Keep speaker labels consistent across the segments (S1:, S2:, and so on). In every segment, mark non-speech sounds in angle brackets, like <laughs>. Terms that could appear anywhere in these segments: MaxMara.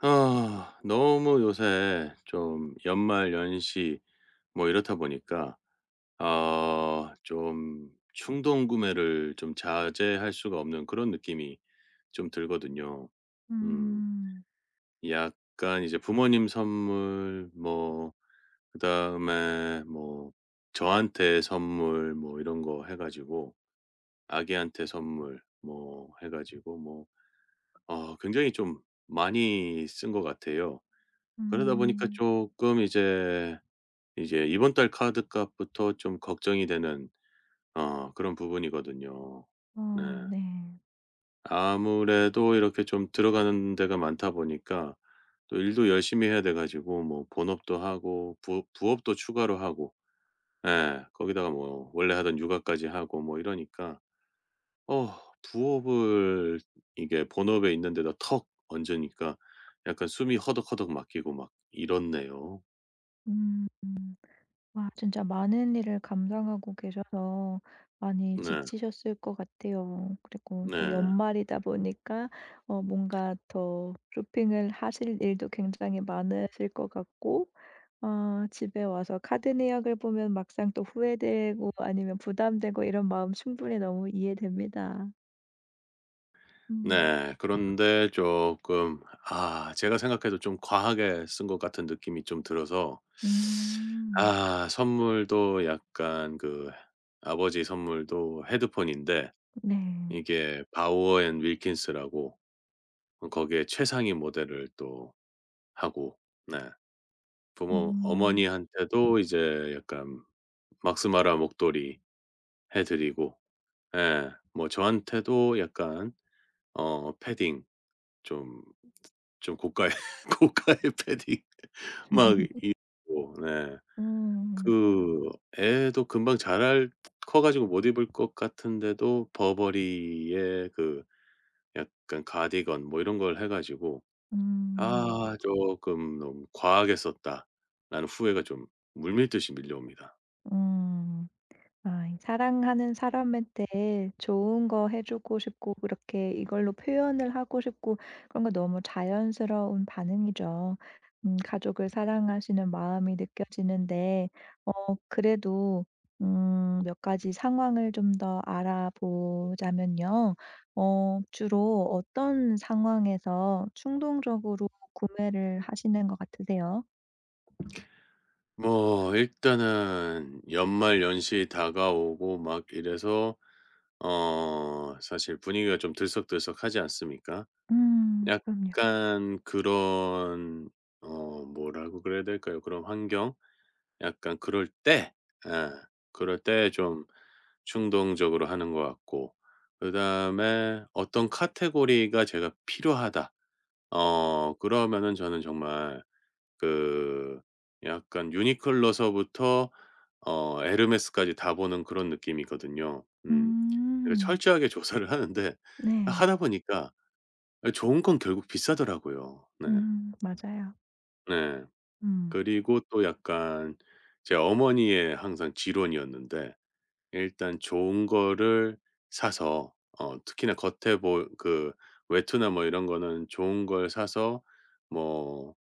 S1: 아 너무 요새 좀 연말 연시 뭐 이렇다 보니까 아 좀 충동 구매를 좀 자제할 수가 없는 그런 느낌이 좀 들거든요. 음
S2: 음.
S1: 약간 이제 부모님 선물 뭐 그다음에 뭐 저한테 선물 뭐 이런 거 해 가지고 아기한테 선물 뭐 해 가지고 뭐 어 굉장히 좀 많이 쓴 것 같아요. 그러다 보니까
S2: 음.
S1: 조금 이제, 이제 이번 달 카드값부터 좀 걱정이 되는 어 그런 부분이거든요. 네.
S2: 어 네.
S1: 아무래도 이렇게 좀 들어가는 데가 많다 보니까 또 일도 열심히 해야 돼 가지고 뭐 본업도 하고 부업도 추가로 하고 예 거기다가 뭐 원래 하던 육아까지 하고 뭐 이러니까 어 부업을 이게 본업에 있는 데다 턱 얹으니까 약간 숨이 허덕허덕 막히고 막 이렇네요.
S2: 음. 와 진짜 많은 일을 감당하고 계셔서 많이
S1: 네.
S2: 지치셨을 것 같아요. 그리고 또
S1: 네.
S2: 연말이다 보니까 뭔가 더 쇼핑을 하실 일도 굉장히 많으실 것 같고, 집에 와서 카드 내역을 보면 막상 또 후회되고 아니면 부담되고 이런 마음 충분히 너무 이해됩니다. 음.
S1: 네. 그런데 조금 아 제가 생각해도 좀 과하게 쓴 것 같은 느낌이 좀 들어서
S2: 음.
S1: 아 선물도 약간 그 아버지 선물도 헤드폰인데
S2: 네.
S1: 이게 바우어 앤 윌킨스라고 거기에 최상위 모델을 또 하고 네 부모
S2: 음.
S1: 어머니한테도 이제 약간 막스마라 목도리 해 드리고 예 뭐 저한테도 약간 어 패딩 좀 좀 고가의 <laughs> 고가의 패딩 <laughs> 막
S2: <laughs>
S1: 입고 네.
S2: 음.
S1: 그 애도 금방 자랄 커 가지고 못 입을 것 같은데도 버버리의 그 약간 가디건 뭐 이런 걸 해 가지고
S2: 음.
S1: '아 조금 너무 과하게 썼다.'라는 후회가 좀 물밀듯이 밀려옵니다.
S2: 음. 아 이 사랑하는 사람한테 좋은 거 해 주고 싶고 그렇게 이걸로 표현을 하고 싶고 그런 거 너무 자연스러운 반응이죠. 가족을 사랑하시는 마음이 느껴지는데, 그래도 음 몇 가지 상황을 좀 더 알아보자면요. 주로 어떤 상황에서 충동적으로 구매를 하시는 것 같으세요?
S1: 뭐 일단은 연말 연시 다가오고 막 이래서 어 사실 분위기가 좀 들썩들썩하지 않습니까?
S2: 그럼요.
S1: 약간 그런 어 뭐라고 그래야 될까요? 그런 환경? 약간 그럴 때 예. 그럴 때 좀 충동적으로 하는 것 같고 그다음에 어떤 카테고리가 제가 필요하다. 어 그러면은 저는 정말 그 약간 유니클로서부터 어 에르메스까지 다 보는 그런 느낌이거든요. 음. 그래서
S2: 음.
S1: 철저하게 <laughs> 조사를 하는데
S2: 네.
S1: 하다 보니까 예 좋은 건 결국 비싸더라고요. 네.
S2: 맞아요.
S1: 네.
S2: 음.
S1: 그리고 또 약간 제 어머니의 항상 지론이었는데 일단 좋은 거를 사서 어 특히나 겉에 보 그 외투나 뭐 이런 거는 좋은 걸 사서 뭐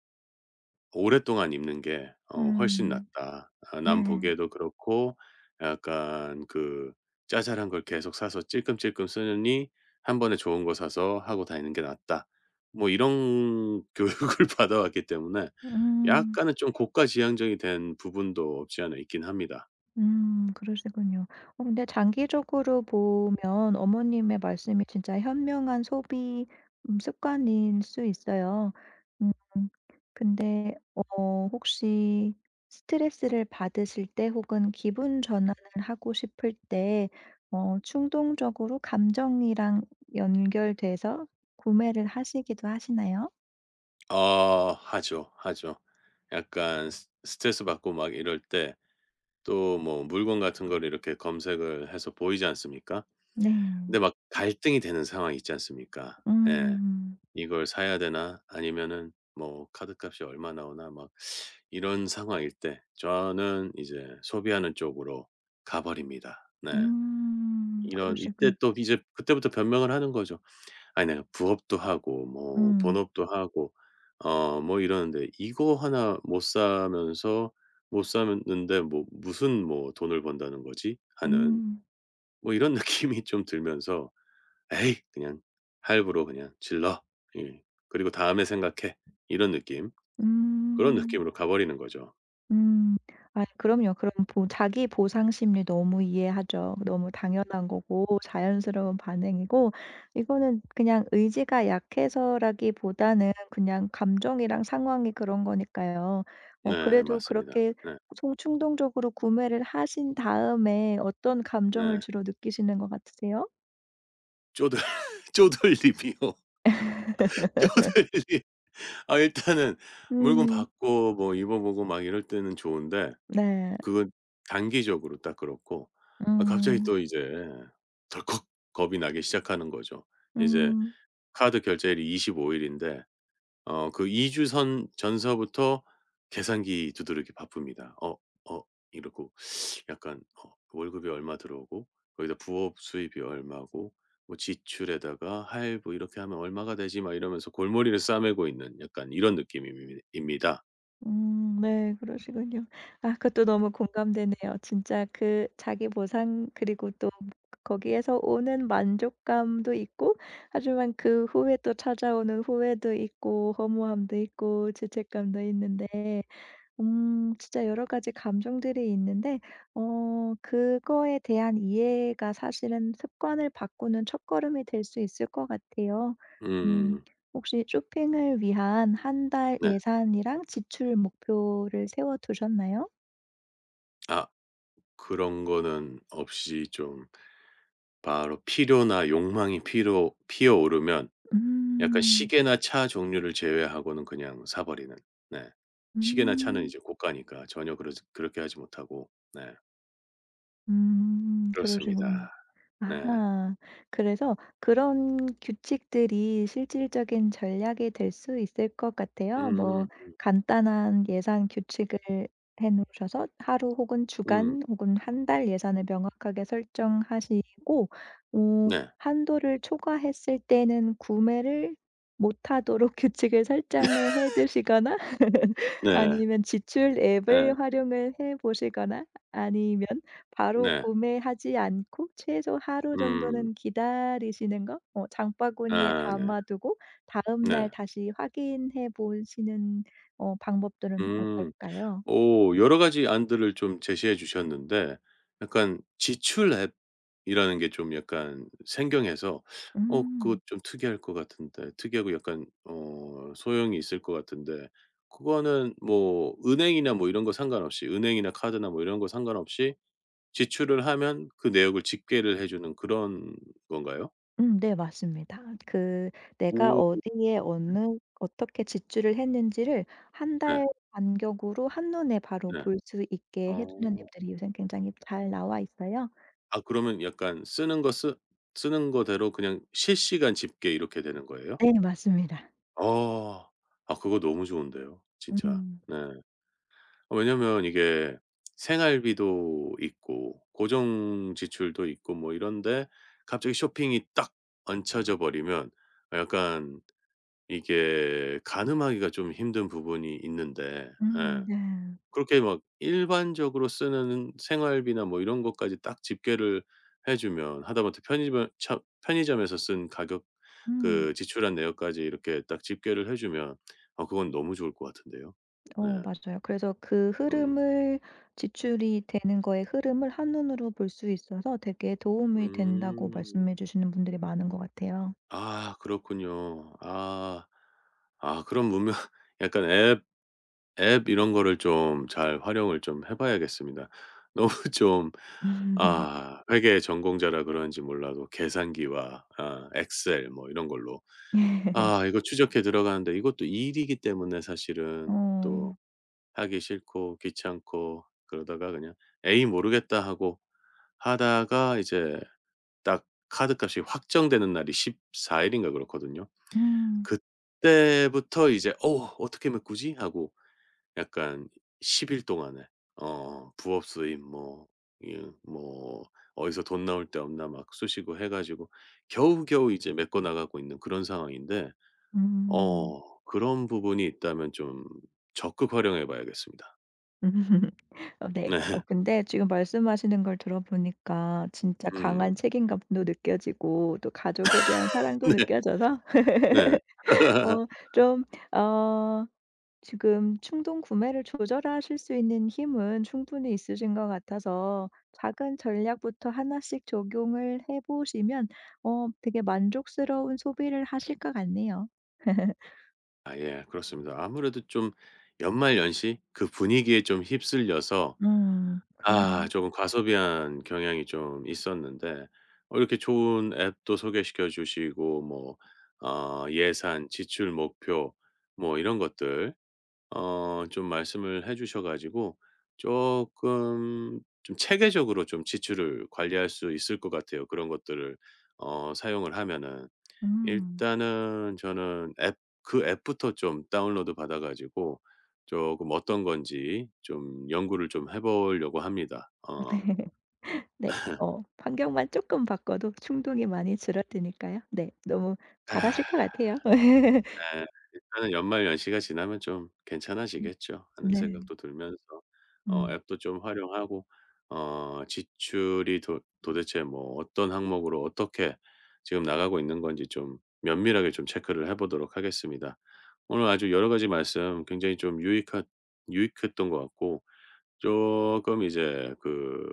S1: 오랫동안 입는 게 어 훨씬
S2: 음.
S1: 낫다. 아 남
S2: 네.
S1: 보기에도 그렇고 약간 그 짜잘한 걸 계속 사서 찔끔찔끔 쓰느니 한 번에 좋은 거 사서 하고 다니는 게 낫다. 뭐 이런 <laughs> 교육을 받아왔기 때문에
S2: 음.
S1: 약간은 좀 고가지향적이 된 부분도 없지 않아 있긴 합니다.
S2: 그러시군요. 근데 장기적으로 보면 어머님의 말씀이 진짜 현명한 소비 습관일 수 있어요. 음. 근데 혹시 스트레스를 받으실 때 혹은 기분 전환을 하고 싶을 때 충동적으로 감정이랑 연결돼서 구매를 하시기도 하시나요?
S1: 어 하죠, 하죠. 약간 스 스트레스받고 막 이럴 때 또 뭐 물건 같은 걸 이렇게 검색을 해서 보이지 않습니까?
S2: 네.
S1: 근데 막 갈등이 되는 상황이 있지 않습니까? 예.
S2: 음.
S1: '이걸 사야 되나?' 아니면은 뭐 '카드값이 얼마 나오나?' 막 이런 상황일 때 저는 이제 소비하는 쪽으로 가 버립니다. 네.
S2: 음.
S1: 이런 이때
S2: 그러시군
S1: 또 이제 그때부터 변명을 하는 거죠. "아니 내가 부업도 하고 뭐
S2: 음.
S1: 본업도 하고 어 뭐 이러는데 이거 하나 못 사면서 못 샀는데 뭐 무슨 뭐 돈을 번다는 거지?" 하는
S2: 음.
S1: 뭐 이런 <laughs> 느낌이 좀 들면서 "에이 그냥 할부로 그냥 질러." 예. 그리고 "다음에 생각해." 이런 느낌. 그런
S2: 음.
S1: 느낌으로 가 버리는 거죠.
S2: 음. 아 그럼요. 그럼 보 자기 보상 심리 너무 이해하죠. 너무 당연한 거고 자연스러운 반응이고 이거는 그냥 의지가 약해서라기보다는 그냥 감정이랑 상황이 그런 거니까요.
S1: 네
S2: 그래도
S1: 맞습니다.
S2: 그렇게
S1: 네.
S2: 총 충동적으로 구매를 하신 다음에 어떤 감정을
S1: 네.
S2: 주로 느끼시는 것 같으세요?
S1: 쪼들 <laughs> 쪼들림이요. 쪼들림. 아 일단은 물건
S2: 음.
S1: 받고 뭐 입어 보고 막 이럴 때는 좋은데
S2: 네.
S1: 그건 단기적으로 딱 그렇고 아 갑자기
S2: 음.
S1: 또 이제 덜컥 겁이 나기 시작하는 거죠. 이제
S2: 음.
S1: 카드 결제일이 25 일인데 어 그 2 주 선 전서부터 계산기 두드리기 바쁩니다. "어 어." 이러고 약간 어 월급이 얼마 들어오고 거기다 부업 수입이 얼마고 뭐 지출에다가 할부 이렇게 하면 얼마가 되지 막 이러면서 골머리를 싸매고 있는 약간 이런 느낌입니 입니다.
S2: 네. 그러시군요. 아 그것도 너무 공감되네요. 진짜 그 자기 보상 그리고 또 거기에서 오는 만족감도 있고 하지만 그 후에 또 찾아오는 후회도 있고 허무함도 있고 죄책감도 있는데, 진짜 여러 가지 감정들이 있는데, 그거에 대한 이해가 사실은 습관을 바꾸는 첫걸음이 될 수 있을 것 같아요. 음
S1: 음
S2: 혹시 쇼핑을 위한 한 달
S1: 네.
S2: 예산이랑 지출 목표를 세워 두셨나요?
S1: 아 그런 거는 없이 좀 바로 필요나 욕망이 피로 피어오르면 약간
S2: 음.
S1: 시계나 차 종류를 제외하고는 그냥 사 버리는. 네. 시계나 차는
S2: 음.
S1: 이제 고가니까 전혀 그러지 그렇게 하지 못하고. 네.
S2: 음.
S1: 그렇습니다.
S2: 그러시군요.
S1: 네.
S2: 아하. 그래서 그런 규칙들이 실질적인 전략이 될 수 있을 것 같아요. 뭐
S1: 음음
S2: 간단한 예산 규칙을 해 놓으셔서 하루 혹은
S1: 음.
S2: 주간 혹은 한 달 예산을 명확하게 설정하시고 어
S1: 네.
S2: 한도를 초과했을 때는 구매를 못하도록 <laughs> 규칙을 설정을 해 두시거나
S1: 네.
S2: 아니면 지출
S1: 예.
S2: 앱을 활용을 해 보시거나 아니면 바로
S1: 네.
S2: 구매하지 않고 최소 하루
S1: 음.
S2: 정도는 기다리시는 거, 장바구니에
S1: 아 네.
S2: 담아 두고 다음 날
S1: 네.
S2: 다시 확인해 보시는 방법들은
S1: 음.
S2: 어떨까요?
S1: 오 여러 가지 안들을 좀 제시해 주셨는데 약간 지출 앱이라는 게 좀 약간 생경해서 어 그거
S2: 음.
S1: 좀 특이할 것 같은데 특이하고 약간 어 소용이 있을 것 같은데 그거는 뭐 은행이나 뭐 이런 거 상관없이 은행이나 카드나 뭐 이런 거 상관없이 지출을 하면 그 내역을 집계를 해 주는 그런 건가요?
S2: 네 맞습니다. 그
S1: 오
S2: 내가 어디에 어느 어떻게 지출을 했는지를 한
S1: 네.
S2: 달 간격으로 한눈에 바로
S1: 네.
S2: 볼 수 있게 해 주는
S1: 어.
S2: 앱들이 요새 굉장히 잘 나와 있어요.
S1: 아 그러면 약간 쓰는 거 쓰 쓰는 거대로 그냥 실시간 집계 이렇게 되는 거예요?
S2: 네 맞습니다.
S1: 어. 아 그거 너무 좋은데요 진짜.
S2: 음.
S1: 네. 어, 왜냐면 이게 생활비도 있고 고정 지출도 있고 뭐 이런데 갑자기 쇼핑이 딱 얹혀져 버리면 약간 이게 가늠하기가 좀 힘든 부분이 있는데 예.
S2: 네.
S1: 그렇게 막 일반적으로 쓰는 생활비나 뭐 이런 것까지 딱 집계를 해 주면 하다못해 편의점에서 쓴 가격
S2: 음.
S1: 그 지출한 내역까지 이렇게 딱 집계를 해 주면 어 그건 너무 좋을 것 같은데요. 네.
S2: 맞아요. 그래서 그
S1: 음.
S2: 흐름을 지출이 되는 거의 흐름을 한눈으로 볼 수 있어서 되게 도움이 된다고
S1: 음.
S2: 말씀해 주시는 분들이 많은 것 같아요.
S1: 아 그렇군요. 아. 아 그런 문명 <laughs> 약간 앱 이런 거를 좀 잘 활용을 좀 해 봐야겠습니다. <laughs> 너무 좀
S2: <laughs>
S1: 아 회계 전공자라 그런지 몰라도 계산기와 아 엑셀 뭐 이런 걸로 아 이거 추적해 들어가는데 이것도 일이기 때문에 사실은
S2: 어.
S1: 또 하기 싫고 귀찮고 그러다가 그냥 '에이 모르겠다.' 하고 하다가 이제 딱 카드값이 확정되는 날이 14 일인가 그렇거든요.
S2: 음.
S1: 그때부터 이제 '어 어떻게 메꾸지?' 하고 약간 10일 동안에 어 부업 수입 뭐 이 뭐 어디서 돈 나올 데 없나 막 쑤시고 해 가지고 겨우겨우 이제 메꿔 나가고 있는 그런 상황인데
S2: 음.
S1: 어 그런 부분이 있다면 좀 적극 활용해 봐야겠습니다.
S2: <laughs> 어 네.
S1: <laughs> 네.
S2: 근데 지금 말씀하시는 걸 들어보니까 진짜 강한
S1: 음.
S2: 책임감도 느껴지고 또 가족에 대한 사랑도
S1: 네.
S2: 느껴져서
S1: 네.
S2: <laughs>
S1: <laughs>
S2: 어좀어 지금 충동 구매를 조절하실 수 있는 힘은 충분히 있으신 것 같아서 작은 전략부터 하나씩 적용을 해 보시면 되게 만족스러운 소비를 하실 것 같네요. <laughs>
S1: 아 예. 그렇습니다. 아무래도 좀 연말연시 그 분위기에 좀 휩쓸려서 아
S2: 그럼요.
S1: 조금 과소비한 경향이 좀 있었는데 어 이렇게 좋은 앱도 소개시켜 주시고 뭐 어 예산, 지출 목표 뭐 이런 것들 어 좀 말씀을 해 주셔 가지고 조금 좀 체계적으로 좀 지출을 관리할 수 있을 것 같아요 그런 것들을 어 사용을 하면은.
S2: 음.
S1: 일단은 저는 앱 그 앱부터 좀 다운로드 받아 가지고 조금 어떤 건지 좀 연구를 좀 해 보려고 합니다. 어.
S2: <laughs> 네. 환경만 조금 바꿔도 충동이 많이 줄어드니까요. 네. 너무
S1: 아,
S2: 잘하실 것 같아요.
S1: 예. 일단은 연말 연시가 지나면 좀
S2: <laughs>
S1: 괜찮아지겠죠 하는
S2: 네.
S1: 생각도 들면서 어
S2: 음.
S1: 앱도 좀 활용하고 어 지출이 도 도대체 뭐 어떤 항목으로 어떻게 지금 나가고 있는 건지 좀 면밀하게 좀 체크를 해 보도록 하겠습니다. 오늘 아주 여러 가지 말씀 굉장히 좀 유익하 유익했던 것 같고 쪼끔 이제 그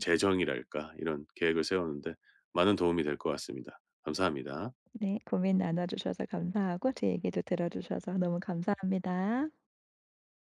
S1: 재정이랄까 이런 계획을 세우는데 많은 도움이 될 것 같습니다. 감사합니다.
S2: 네. 고민 나눠 주셔서 감사하고 제 얘기도 들어 주셔서 너무 감사합니다.